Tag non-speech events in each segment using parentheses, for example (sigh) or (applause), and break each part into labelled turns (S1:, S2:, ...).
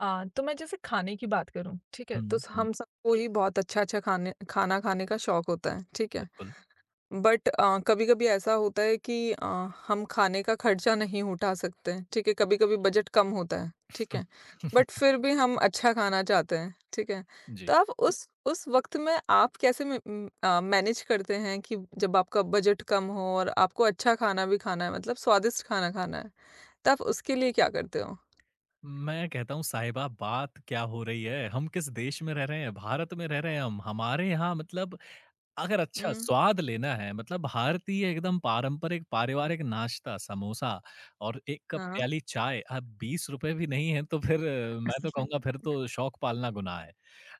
S1: तो मैं जैसे खाने की बात करूँ, ठीक है? तो
S2: हुँ,
S1: स
S2: हुँ,
S1: हम सबको ही बहुत अच्छा-अच्छा खाने खाना खाने का शौक होता है, ठीक है?
S2: बिल्कुल।
S1: बट कभी-कभी ऐसा होता है कि हम खाने का खर्चा नहीं उठा सकते हैं, ठीक है? कभी-कभी बजट कम होता है, ठीक है? बट
S2: (laughs)
S1: फिर भी हम अच्छा खाना चाहते हैं, ठीक है? तो
S2: जी।
S1: आप उस वक़्त में आप कैसे मैनेज करते हैं कि जब आपका बजट कम हो और आपको अच्छा खाना भी खाना है मतलब स्वादिष्ट खाना खाना है, तो आप उसके लिए क्या करते हो?
S2: मैं कहता हूँ साहिबा बात क्या हो रही है? हम किस देश में रह रहे हैं? भारत में रह रहे हैं हम। हमारे यहाँ मतलब अगर अच्छा
S1: हुँ,
S2: स्वाद लेना है मतलब भारतीय एकदम पारंपरिक पारिवारिक नाश्ता समोसा और 1 कप
S1: हाँ।
S2: प्याली चाय अब ₹20 भी नहीं है तो फिर मैं तो कहूँगा फिर
S1: (laughs)
S2: तो शौक पालना गुनाह है।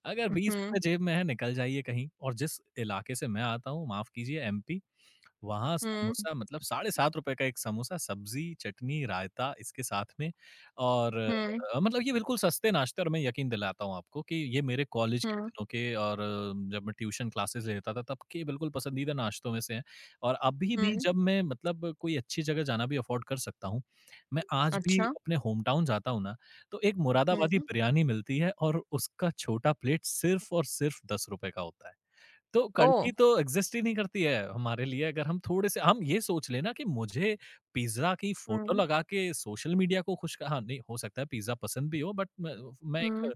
S2: अगर
S1: हुँ।
S2: ₹20 जेब में है निकल जाइए कहीं और जिस इलाके से मैं आता हूँ माफ़ कीजिए एमपी वहाँ
S1: हुँ,
S2: समोसा मतलब ₹7.5 का एक समोसा, सब्ज़ी, चटनी, रायता इसके साथ में और
S1: हुँ,
S2: मतलब ये बिल्कुल सस्ते नाश्ते और मैं यकीन दिलाता हूँ आपको कि ये मेरे कॉलेज के
S1: हुँ,
S2: दिनों के और जब मैं ट्यूशन क्लासेस लेता था तब के बिल्कुल पसंदीदा नाश्तों में से हैं। और अभी भी
S1: हुँ,
S2: जब मैं मतलब कोई अच्छी जगह जाना भी अफ़ोर्ड कर सकता हूँ, मैं आज भी
S1: अच्छा।
S2: अपने होम टाउन जाता हूँ ना, तो एक
S1: हुँ,
S2: मुरादाबादी
S1: हुँ,
S2: बिरयानी मिलती है और उसका छोटा प्लेट सिर्फ़ और सिर्फ़ ₹10 का होता है। तो
S1: ओह!
S2: कड़की तो एग्ज़िस्ट ही नहीं करती है हमारे लिए अगर हम थोड़े से हम ये सोच लें ना कि मुझे पिज़्ज़ा की फ़ोटो
S1: हुँ,
S2: लगा के सोशल मीडिया को खुश हाँ, नहीं हो सकता है पिज़्ज़ा पसंद भी हो बट मैं
S1: हुँ,
S2: एक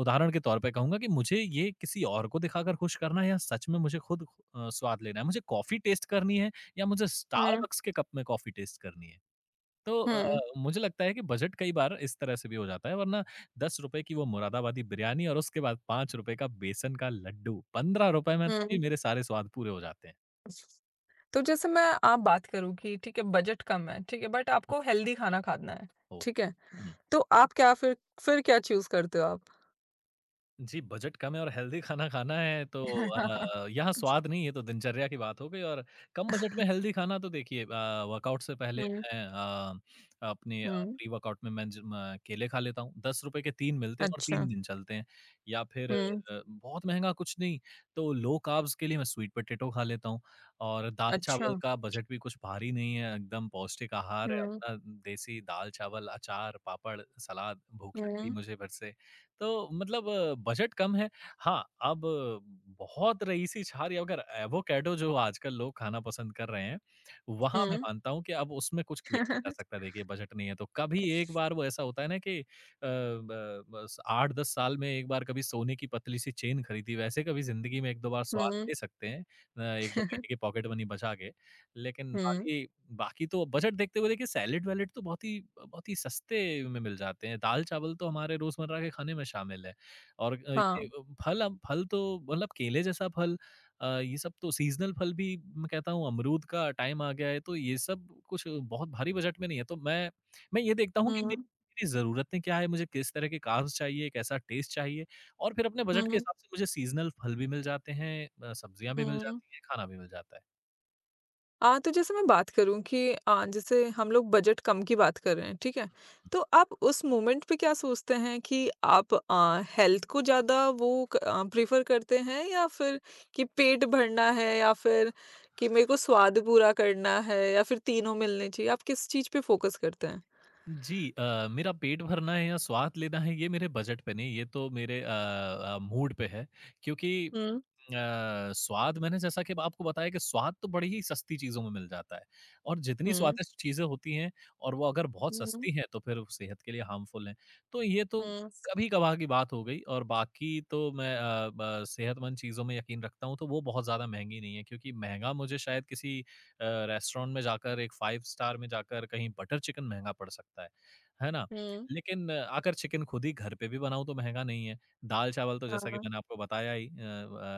S2: उदाहरण के तौर पे कहूँगा कि मुझे ये किसी और को दिखाकर खुश करना है या सच में मुझे खुद स्वाद लेना है। मुझे कॉफ़ी टेस्ट करनी है या मुझे
S1: हुँ,
S2: स्टारबक्स के कप में कॉफ़ी टेस्ट करनी है। तो
S1: हुँ,
S2: मुझे लगता है कि बजट कई बार इस तरह से भी हो जाता है वरना ₹10 की वो मुरादाबादी बिरयानी और उसके बाद ₹5 का बेसन का लड्डू, ₹15 में तो जी
S1: हुँ।
S2: मेरे सारे स्वाद पूरे हो जाते हैं।
S1: तो जैसे मैं आप बात करूँ कि ठीक है बजट कम है, ठीक है, बट
S2: हुँ।
S1: आपको हेल्दी खाना खाना है,
S2: हो।
S1: ठीक है?
S2: हुँ।
S1: तो आप क्या फिर क्या चूज़ करते हो आप?
S2: जी, बजट कम है और हेल्दी खाना खाना है तो
S1: (laughs)
S2: यहाँ स्वाद नहीं, ये तो दिनचर्या की बात हो गई और कम बजट में हेल्दी खाना तो देखिए वर्कआउट से पहले
S1: हुँ,
S2: मैं अपने
S1: हुँ,
S2: प्री वर्कआउट में मैं ज म केले खा लेता हूँ। ₹10 के 3 मिलते हैं और
S1: अच्छा,
S2: 3 दिन चलते हैं या फिर
S1: हुँ,
S2: बहुत महँगा कुछ नहीं, तो लो कार्ब्स के लिए मैं स्वीट पोटैटो खा लेता हूँ और
S1: अच्छा,
S2: दाल-चावल
S1: हुँ,
S2: का बजट भी कुछ भारी नहीं है, एकदम पौष्टिक आहार है अपना देसी दाल-चावल, अचार, पापड़, सलाद, भूख लग
S1: हुँ,
S2: गई
S1: हुँ।
S2: मुझे फिर से। तो मतलब बजट कम है। हाँ, अब बहुत रईसी छाल या अगर एवोकेडो जो आजकल लोग खाना पसंद कर रहे हैं, वहाँ मैं
S1: हुँ,
S2: मानता हूँ कि अब उसमें कुछ किया नहीं जा सकता देखिए बजट नहीं है तो। कभी एक बार वो ऐसा होता है ना कि अ, ब बस 8-10 साल में एक बार कभी सोने की पतली-सी चेन खरीदी, वैसे कभी ज़िंदगी में 1-2 बार स्वाद
S1: हुँ,
S2: ले
S1: (laughs)
S2: सकते हैं 1-2 महीने की पॉकेट मनी बचा के। लेकिन बाकी बाकी तो बजट देखते हुए देखिए सैलेड-वैलेड तो बहुत ही सस्ते में मिल जाते हैं। दाल-चावल तो हमारे रोज़मर्रा के खाने में शामिल है और
S1: (laughs) हाँ,
S2: ये फल अब फल तो मतलब केले जैसा फल ये सब तो सीज़नल फल भी मैं कहता हूँ अमरूद का टाइम आ गया है, तो ये सब कुछ बहुत भारी बजट में नहीं है। तो मैं ये देखता हूँ कि
S1: हुँ,
S2: मेरी मेरी ज़रूरतें क्या है, मुझे किस तरह के कार्ब्स चाहिए, कैसा टेस्ट चाहिए और फिर अपने बजट के
S1: हुँ,
S2: हिसाब से मुझे सीज़नल फल भी मिल जाते हैं सब्जियाँ भी मिल
S1: हुँ।
S2: जाती हैं, खाना भी मिल जाता है।
S1: तो जैसे मैं बात करूँ कि जैसे हम लोग बजट कम की बात कर रहे हैं, ठीक है? तो आप उस मोमेंट पे क्या सोचते हैं कि आप हेल्थ को ज़्यादा वो प्रेफ़र करते हैं या फिर कि पेट भरना है या फिर कि मेरे को स्वाद पूरा करना है या फिर तीनों मिलने चाहिए? आप किस चीज़ पे फ़ोकस करते हैं?
S2: जी मेरा पेट भरना है या स्वाद लेना है ये मेरे बजट पे नहीं ये तो मेरे मूड पे है क्योंकि
S1: हुँ,
S2: स्वाद मैंने जैसा कि आपको बताया कि स्वाद तो बड़ी ही सस्ती चीज़ों में मिल जाता है और जितनी
S1: हुँ,
S2: स्वादिष्ट चीज़ें होती हैं और वो अगर बहुत
S1: हुँ, हुँ,
S2: सस्ती हैं तो फिर वो सेहत के लिए हार्मफुल हैं। तो ये तो कभी-कभार की बात हो गई और बाकी तो मैं अ, ब सेहतमंद चीज़ों में यकीन रखता हूँ, तो वो बहुत ज़्यादा महँगी नहीं है क्योंकि महँगा मुझे शायद किसी रेस्टोरेंट में जाकर एक 5 स्टार में जाकर कहीं बटर चिकन महँगा पड़ सकता है ना?
S1: हुँ,
S2: लेकिन अगर चिकन खुद ही घर पे भी बनाऊँ तो महँगा नहीं है। दाल-चावल तो जैसा कि
S1: हाँ,
S2: मैंने आपको बताया ही अ,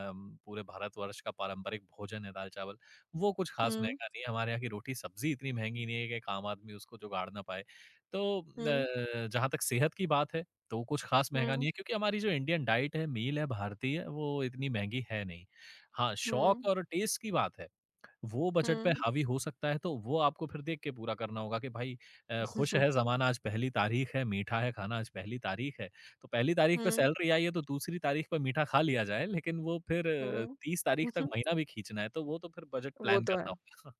S2: अम, पूरे भारतवर्ष का पारंपरिक भोजन है दाल-चावल। वो कुछ ख़ास
S1: हुँ,
S2: महँगा नहीं है, हमारे यहाँ की रोटी-सब्ज़ी इतनी महँगी नहीं है कि एक आम आदमी उसको जुगाड़ ना पाए। तो
S1: हुँ,
S2: जहाँ तक सेहत की बात है, तो कुछ ख़ास
S1: हुँ,
S2: महँगा नहीं
S1: हुँ,
S2: है क्योंकि हमारी जो इंडियन डाइट है, मील है भारतीय, वो इतनी महँगी है नहीं। हाँ,
S1: हुँ,
S2: शौक और टेस्ट की बात है। वो बजट पे
S1: हुँ,
S2: हावी हो सकता है, तो वो आपको फिर देख के पूरा करना होगा कि भाई खुश है ज़माना आज पहली तारीख है, मीठा है खाना आज पहली तारीख है। तो पहली तारीख पे सैलरी आई है तो दूसरी तारीख पे मीठा खा लिया जाए, लेकिन वो फिर
S1: हुँ,
S2: 30
S1: हुँ।
S2: तारीख तक
S1: (laughs)
S2: महीना भी खींचना है, तो वो तो फिर बजट
S1: (laughs) वो
S2: प्लान
S1: तो है।
S2: करना होगा।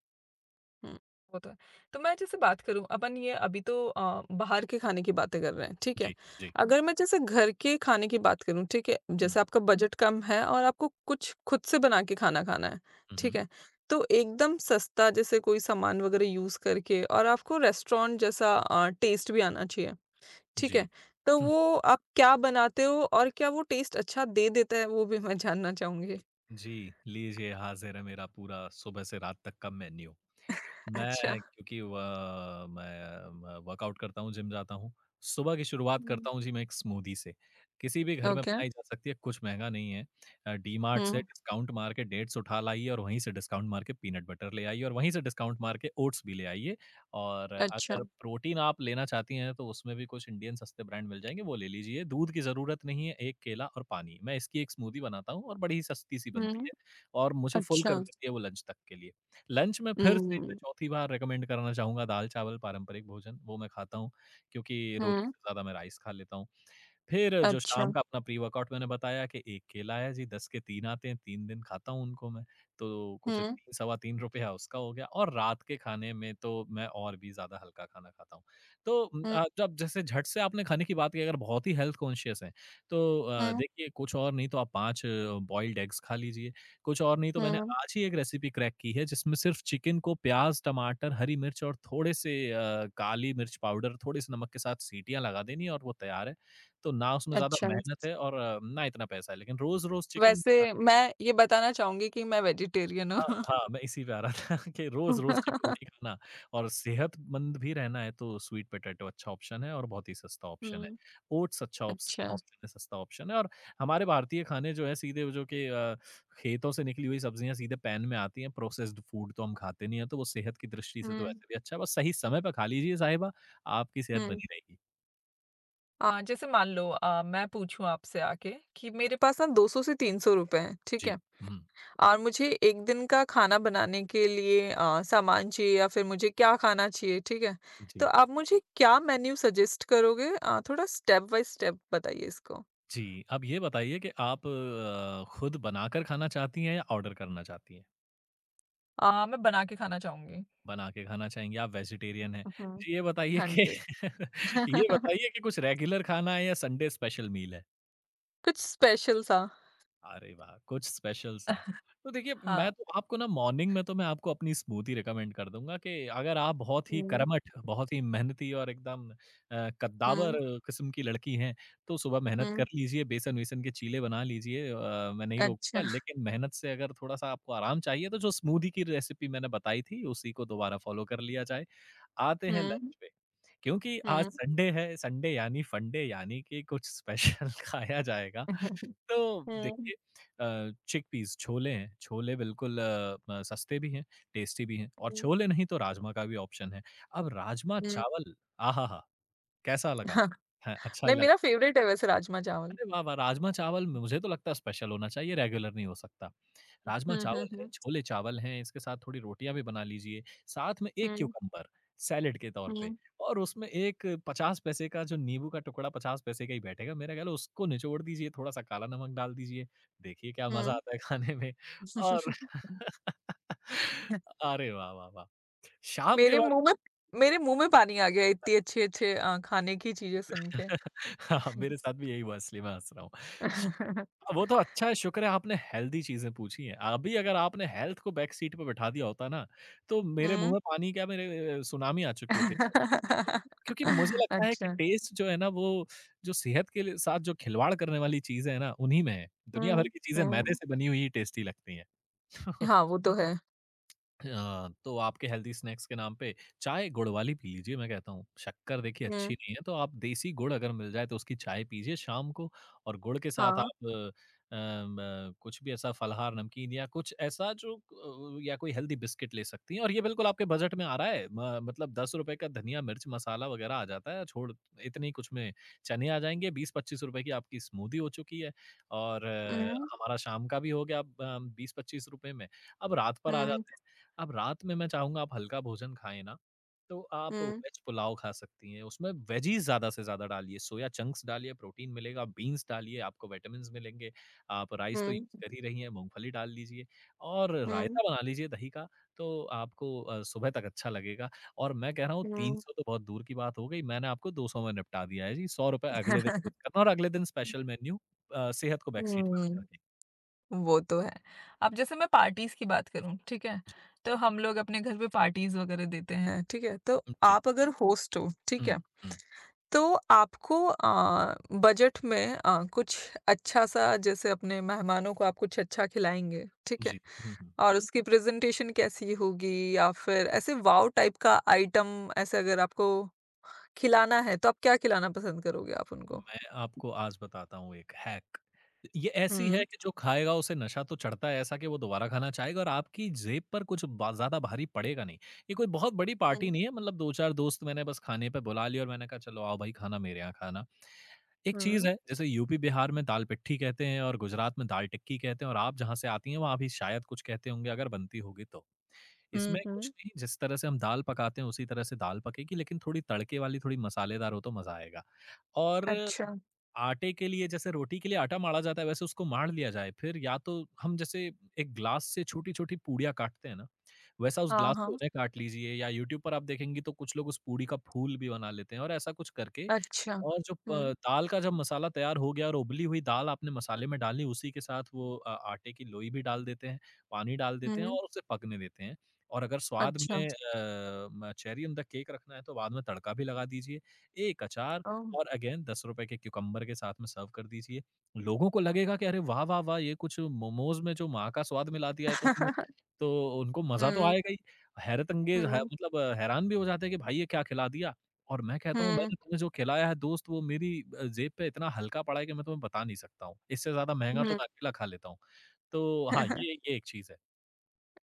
S1: हुँ, वो तो है। तो मैं जैसे बात करूँ अपन ये अभी तो बाहर के खाने की बातें कर रहे हैं, ठीक है?
S2: जी, जी।
S1: अगर मैं जैसे घर के खाने की बात करूँ, ठीक है?
S2: हुँ,
S1: जैसे आपका बजट कम है और आपको कुछ खुद से बना के खाना खाना है,
S2: हुँ,
S1: ठीक
S2: हुँ।
S1: है? तो एकदम सस्ता जैसे कोई सामान वग़ैरह यूज़ करके और आपको रेस्टोरेंट जैसा टेस्ट भी आना चाहिए, ठीक
S2: जी।
S1: है? तो
S2: (laughs)
S1: वो आप क्या बनाते हो और क्या वो टेस्ट अच्छा दे देता है, वो भी मैं जानना चाहूँगी? (laughs)
S2: जी, लीजिए हाज़िर है मेरा पूरा सुबह से रात तक का मेन्यू। मैं
S1: अच्छा।
S2: क्योंकि व मैं म वर्कआउट करता हूँ, जिम जाता हूँ। सुबह की शुरुआत
S1: हुँ,
S2: करता हूँ जी मैं एक स्मूदी से। किसी भी घर में
S1: ओके।
S2: बनाई जा सकती है, कुछ महँगा नहीं है। डीमार्ट से
S1: हुँ,
S2: डिस्काउंट मार के डेट्स उठा लाइए और वहीं से डिस्काउंट मार के पीनट बटर ले आइए और वहीं से डिस्काउंट मार के ओट्स भी ले आइए। और
S1: अच्छा।
S2: अगर प्रोटीन आप लेना चाहती हैं, तो उसमें भी कुछ इंडियन सस्ते ब्रांड मिल जाएँगे, वो ले लीजिए। दूध की ज़रूरत नहीं है, 1 केला और पानी। मैं इसकी एक स्मूदी बनाता हूँ और बड़ी ही सस्ती-सी बनती
S1: हुँ,
S2: है और मुझे फ़ुल
S1: अच्छा।
S2: कर देती है वो लंच तक के लिए। लंच में फिर से
S1: हुँ,
S2: मैं चौथी बार रिकमेंड करना चाहूँगा दाल-चावल पारंपरिक भोजन, वो मैं खाता हूँ, क्योंकि रोटी
S1: हुँ,
S2: से ज़्यादा मैं राइस खा लेता हूँ। फिर जो
S1: अच्छा।
S2: शाम का अपना प्री वर्कआउट मैंने बताया कि 1 केला है जी, 10 के 3 आते हैं, 3 दिन खाता हूँ उनको मैं, तो कुछ
S1: हुँ,
S2: 3 सवा ₹3 उसका हो गया और रात के खाने में तो मैं और भी ज़्यादा हल्का खाना खाता हूँ। तो
S1: हुँ,
S2: जब जैसे झट से आपने खाने की बात की अगर बहुत ही हेल्थ कॉन्शियस हैं, तो
S1: हुँ,
S2: देखिए कुछ और नहीं तो आप 5 बॉइल्ड एग्स खा लीजिए, कुछ और नहीं तो मैंने
S1: हुँ,
S2: आज ही एक रेसिपी क्रैक की है जिसमें सिर्फ चिकन को प्याज़, टमाटर, हरी मिर्च और थोड़े-से काली मिर्च पाउडर, थोड़े-से नमक के साथ सीटियाँ लगा देनी है और वो तैयार है। तो ना उसमें ज़्यादा
S1: अच्छा।
S2: मेहनत है और ना इतना पैसा है, लेकिन रोज़-रोज़ चिकन
S1: वैसे मैं ये बताना चाहूँगी कि मैं वेजिटेरियन
S2: हाँ,
S1: हूँ।
S2: हाँ, मैं इसी पे आ रहा था (laughs) कि रोज़-रोज़ चिकन नहीं
S1: (laughs)
S2: खाना और सेहतमंद भी रहना है तो स्वीट पोटैटो अच्छा ऑप्शन है और बहुत ही सस्ता ऑप्शन है।
S1: हुँ,
S2: ओट्स अच्छा ऑप्स
S1: अच्छा।
S2: ऑप्शन है, सस्ता ऑप्शन है और हमारे भारतीय खाने जो हैं सीधे जो कि खेतों से निकली हुई सब्जियाँ सीधे पैन में आती हैं, प्रोसेस्ड फूड तो हम खाते नहीं हैं, तो वो सेहत की दृष्टि से तो
S1: हुँ,
S2: वैसे भी अच्छा है, बस सही समय पे खा लीजिए साहिबा, आपकी सेहत
S1: हुँ।
S2: बनी रहेगी।
S1: जैसे मान लो मैं पूछूँ आपसे आके कि मेरे पास ना 200 से ₹300 हैं, ठीक
S2: जी।
S1: है?
S2: हुँ,
S1: और मुझे 1 दिन का खाना बनाने के लिए सामान चाहिए या फिर मुझे क्या खाना चाहिए, ठीक है? तो
S2: जी।
S1: आप मुझे क्या मेन्यू सजेस्ट करोगे? थोड़ा स्टेप बाय स्टेप बताइए इसको।
S2: जी, अब ये बताइए कि आप खुद बनाकर खाना चाहती हैं या ऑर्डर करना चाहती हैं?
S1: मैं बना के खाना चाहूँगी।
S2: बना के खाना चाहेंगी, आप वेजिटेरियन हैं।
S1: हुँ।
S2: जी, ये बताइए
S1: हाँ
S2: कि
S1: जी।
S2: (laughs) ये
S1: (laughs)
S2: बताइए कि कुछ रेगुलर खाना है या संडे स्पेशल मील है?
S1: कुछ स्पेशल सा।
S2: अरे वाह! कुछ स्पेशल सा। तो देखिए
S1: हाँ।
S2: मैं तो आपको ना मॉर्निंग में तो मैं आपको अपनी स्मूदी रिकमेंड कर दूँगा कि अगर आप बहुत ही
S1: हुँ,
S2: कर्मठ, बहुत ही मेहनती और एकदम कद्दावर
S1: हुँ,
S2: किस्म की लड़की हैं, तो सुबह मेहनत
S1: हुँ।
S2: कर लीजिए, बेसन-वेसन के चीले बना लीजिए मैं नहीं रोकूँगा।
S1: अच्छा।
S2: लेकिन मेहनत से अगर थोड़ा-सा आपको आराम चाहिए तो जो स्मूदी की रेसिपी मैंने बताई थी उसी को दोबारा फ़ॉलो कर लिया जाए। आते हैं
S1: हुँ,
S2: लंच पे, क्योंकि आज
S1: हुँ।
S2: संडे है, संडे यानी फंडे यानी कि कुछ स्पेशल (laughs) खाया जाएगा। तो
S1: हुँ,
S2: देखिए चिकपीस छोले हैं, छोले बिल्कुल अ, म सस्ते भी हैं, टेस्टी भी हैं और
S1: हुँ,
S2: छोले नहीं तो राजमा का भी ऑप्शन है। अब
S1: हुँ।
S2: राजमा-चावल आहाहा! कैसा
S1: (laughs)
S2: लगा?
S1: हाँ,
S2: है अच्छा ही
S1: नहीं मेरा
S2: लगा।
S1: फ़ेवरेट है वैसे राजमा चावल।
S2: अरे वाह, वाह! राजमा-चावल मुझे तो लगता है स्पेशल होना चाहिए, रेगुलर नहीं हो सकता।
S1: हुँ, हुँ,
S2: राजमा-चावल है,
S1: हुँ।
S2: छोले-चावल हैं, इसके साथ थोड़ी रोटियाँ भी बना लीजिए, साथ में 1
S1: हुँ,
S2: क्यूकम्बर सैलेड के तौर पे
S1: हुँ,
S2: और उसमें एक 50 पैसे का जो नींबू का टुकड़ा 50 पैसे का ही बैठेगा, मेरा ख़्याल है उसको निचोड़ दीजिए, थोड़ा-सा काला नमक डाल दीजिए, देखिए क्या मज़ा
S1: हुँ।
S2: आता है खाने में और
S1: (laughs)
S2: (laughs) अरे वाह, वाह, वाह! शाम के
S1: मेरे मुँह में
S2: वक़्त।
S1: मेरे मुँह में पानी आ गया इतनी अच्छे-अच्छे खाने की चीज़ें सुन के।
S2: हाँ, मेरे साथ भी यही हुआ इसलिए मैं हँस रहा हूँ। श
S1: (laughs)
S2: वो तो अच्छा है शुक्र है आपने हेल्दी चीज़ें पूछी हैं। अभी अगर आपने हेल्थ को बैक सीट पे बिठा दिया होता ना, तो मेरे मुँह
S1: हुँ।
S2: में पानी क्या मेरे सुनामी आ चुकी होती। क्योंकि मुझे
S1: (laughs)
S2: लगता है कि
S1: अच्छा।
S2: टेस्ट जो है ना वो जो सेहत के लिए साथ जो खिलवाड़ करने वाली चीज़ें हैं ना, उन्हीं में है। दुनिया भर
S1: हुँ,
S2: की चीज़ें मैदे
S1: हुँ।
S2: से बनी हुई ही टेस्टी लगती हैं।
S1: हाँ,
S2: (laughs)
S1: वो तो है।
S2: हाँ, तो आपके हेल्दी स्नैक्स के नाम पे चाय गुड़ वाली पी लीजिए मैं कहता हूँ। शक्कर देखिए
S1: हुँ,
S2: अच्छी नहीं है तो आप देसी गुड़ अगर मिल जाए तो उसकी चाय पीजिए शाम को और गुड़ के साथ
S1: हाँ।
S2: आप अ, म कुछ भी ऐसा फलाहार, नमकीन या कुछ ऐसा जो क या कोई हेल्दी बिस्किट ले सकती हैं और ये बिल्कुल आपके बजट में आ रहा है। म मतलब ₹10 का धनिया, मिर्च, मसाला वगैरह आ जाता है। छोड़ इतने ही कुछ में चने आ जाएँगे। ₹20-25 की आपकी स्मूदी हो चुकी है और
S1: Mhm,
S2: हमारा शाम का भी हो गया ₹20-25 में। अब रात पर आ
S1: हुँ,
S2: जाते हैं। अब रात में मैं चाहूँगा आप हल्का भोजन खाएँ ना, तो आप
S1: हुँ,
S2: वेज पुलाव खा सकती हैं, उसमें वेजीज़ ज़्यादा से ज़्यादा डालिए, सोया चंक्स डालिए, प्रोटीन मिलेगा, बीन्स डालिए, आपको विटामिन्स मिलेंगे, आप राइस तो
S1: हुँ,
S2: यूज़ कर ही रही हैं, मूँगफली डाल लीजिए और
S1: हुँ,
S2: रायता बना लीजिए दही का, तो आपको सुबह तक अच्छा लगेगा और मैं कह रहा हूँ
S1: हुँ।
S2: 300 तो बहुत दूर की बात हो गई, मैंने आपको 200 में निपटा दिया है जी, ₹100 अगले दिन यूज़ करना और अगले दिन
S1: हुँ, (laughs)
S2: स्पेशल मेन्यू सेहत को बैक सीट पे बिठा के।
S1: वो तो है। अब जैसे मैं पार्टीज़ की बात करूँ, ठीक है?
S2: जी,
S1: तो हम लोग अपने घर पे पार्टीज़ वगैरह देते हैं, ठीक है? तो
S2: जी।
S1: आप अगर होस्ट हो, ठीक
S2: हुँ,
S1: है?
S2: हुँ,
S1: तो आपको बजट में कुछ अच्छा-सा जैसे अपने मेहमानों को आप कुछ अच्छा खिलाएँगे, ठीक है?
S2: जी, हुँ, हुँ।
S1: और उसकी प्रेज़ेंटेशन कैसी होगी या फिर ऐसे वॉव टाइप का आइटम ऐसे अगर आपको खिलाना है, तो आप क्या खिलाना पसंद करोगे आप उनको?
S2: मैं आपको आज बताता हूँ एक हैक। ये ऐसी है
S1: हुँ।
S2: कि जो खाएगा उसे नशा तो चढ़ता है ऐसा कि वो दोबारा खाना चाहेगा और आपकी जेब पर कुछ बा ज़्यादा भारी पड़ेगा नहीं। ये कोई बहुत बड़ी
S1: हुँ।
S2: पार्टी नहीं है मतलब 2-4 दोस्त मैंने बस खाने पे बुला लिया और मैंने कहा चलो आओ भाई खाना मेरे यहाँ खाना। एक
S1: हुँ।
S2: चीज़ है जैसे यूपी बिहार में दाल पिट्ठी कहते हैं और गुजरात में दाल टिक्की कहते हैं और आप जहाँ से आती हैं वहाँ भी शायद कुछ कहते होंगे अगर बनती होगी तो।
S1: हुँ,
S2: इसमें कुछ
S1: हुँ।
S2: नहीं जिस तरह से हम दाल पकाते हैं उसी तरह से दाल पकेगी लेकिन थोड़ी तड़के वाली थोड़ी मसालेदार हो तो मज़ा आएगा। और
S1: अच्छा।
S2: आटे के लिए जैसे रोटी के लिए आटा माड़ा जाता है वैसे उसको माड़ लिया जाए फिर या तो हम जैसे एक ग्लास से छोटी-छोटी पूड़ियाँ काटते हैं ना वैसा उस
S1: हाँ,
S2: ग्लास से
S1: हाँ।
S2: उन्हें काट लीजिए या यूट्यूब पर आप देखेंगी तो कुछ लोग उस पूड़ी का फूल भी बना लेते हैं और ऐसा कुछ करके
S1: अच्छा।
S2: और जो
S1: हुँ,
S2: प दाल का जब मसाला तैयार हो गया और उबली हुई दाल आपने मसाले में डाली उसी के साथ वो आटे की लोई भी डाल देते हैं, पानी डाल देते हैं
S1: हुँ।
S2: और उसे पकने देते हैं। और अगर स्वाद
S1: अच्छा।
S2: में अ, म चेरी ऑन द केक रखना है तो बाद में तड़का भी लगा दीजिए, एक अचार
S1: ओह!
S2: और अगेन ₹10 के क्यूकम्बर के साथ में सर्व कर दीजिए। लोगों को लगेगा कि अरे वाह, वाह, वाह! ये कुछ मोमोज़ में जो माँ का स्वाद मिला दिया है
S1: (laughs)
S2: तो उनको मज़ा तो
S1: हुँ,
S2: आएगा ही। हैरतअंगेज़ है
S1: हुँ,
S2: मतलब हैरान भी हो जाते हैं कि भाई ये क्या खिला दिया? और मैं कहता हूँ
S1: हुँ,
S2: मैंने तुम्हें जो खिलाया है दोस्त वो मेरी जेब पे इतना हल्का पड़ा है कि मैं तुम्हें बता नहीं सकता हूँ। इससे ज़्यादा महँगा तो
S1: हुँ।
S2: मैं अकेला खा लेता हूँ। तो हाँ,
S1: (laughs)
S2: ये एक चीज़ है।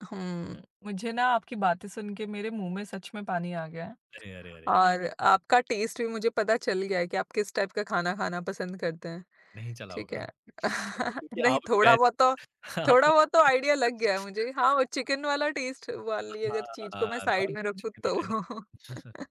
S1: हुँ, मुझे ना आपकी बातें सुन के मेरे मुँह में सच में पानी आ गया है
S2: अरे, अरे, अरे!
S1: और आपका टेस्ट भी मुझे पता चल गया है कि आप किस टाइप का खाना खाना पसंद करते हैं।
S2: नहीं चला
S1: ठीक
S2: होगा।
S1: है।
S2: (laughs)
S1: (laughs)
S2: क्योंकि
S1: नहीं
S2: आपने
S1: थोड़ा
S2: वेज
S1: बहुत तो
S2: (laughs)
S1: थोड़ा
S2: आपने
S1: बहुत तो आइडिया लग गया है मुझे। हाँ, वो चिकन वाला टेस्ट वाली अगर चीज़ को
S2: हाँ,
S1: मैं साइड में
S2: नॉन-वेज
S1: रखूँ
S2: में नहीं
S1: तो
S2: आए ना। (laughs)
S1: (laughs)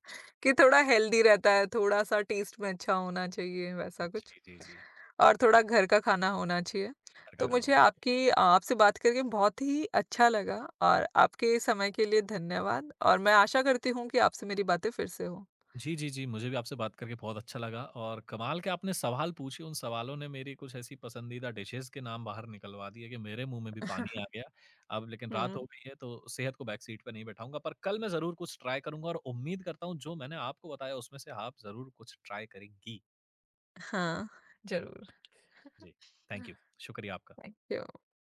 S1: कि थोड़ा हेल्दी रहता है, थोड़ा-सा टेस्ट में अच्छा होना चाहिए वैसा कुछ
S2: जी, जी, जी।
S1: और थोड़ा घर का खाना होना चाहिए।
S2: घर का
S1: तो
S2: खाना
S1: मुझे
S2: होना चाहिए।
S1: आपकी आपसे बात करके बहुत ही अच्छा लगा और आपके समय के लिए धन्यवाद और मैं आशा करती हूँ कि आपसे मेरी बातें फिर से हों।
S2: जी, जी, जी। मुझे भी आपसे बात करके बहुत अच्छा लगा और कमाल के आपने सवाल पूछे, उन सवालों ने मेरी कुछ ऐसी पसंदीदा डिशेज़ के नाम बाहर निकलवा दिए कि मेरे मुँह में भी पानी
S1: हुँ।
S2: आ गया। अब लेकिन रात हो
S1: (laughs)
S2: गई है तो सेहत को बैक सीट पे नहीं बैठाऊँगा, पर कल मैं ज़रूर कुछ ट्राई करूँगा और उम्मीद करता हूँ जो मैंने आपको बताया उसमें से आप ज़रूर कुछ ट्राई करेंगी।
S1: हाँ, ज़रूर।
S2: जी, थैंक यू। शुक्रिया आपका।
S1: Thank you.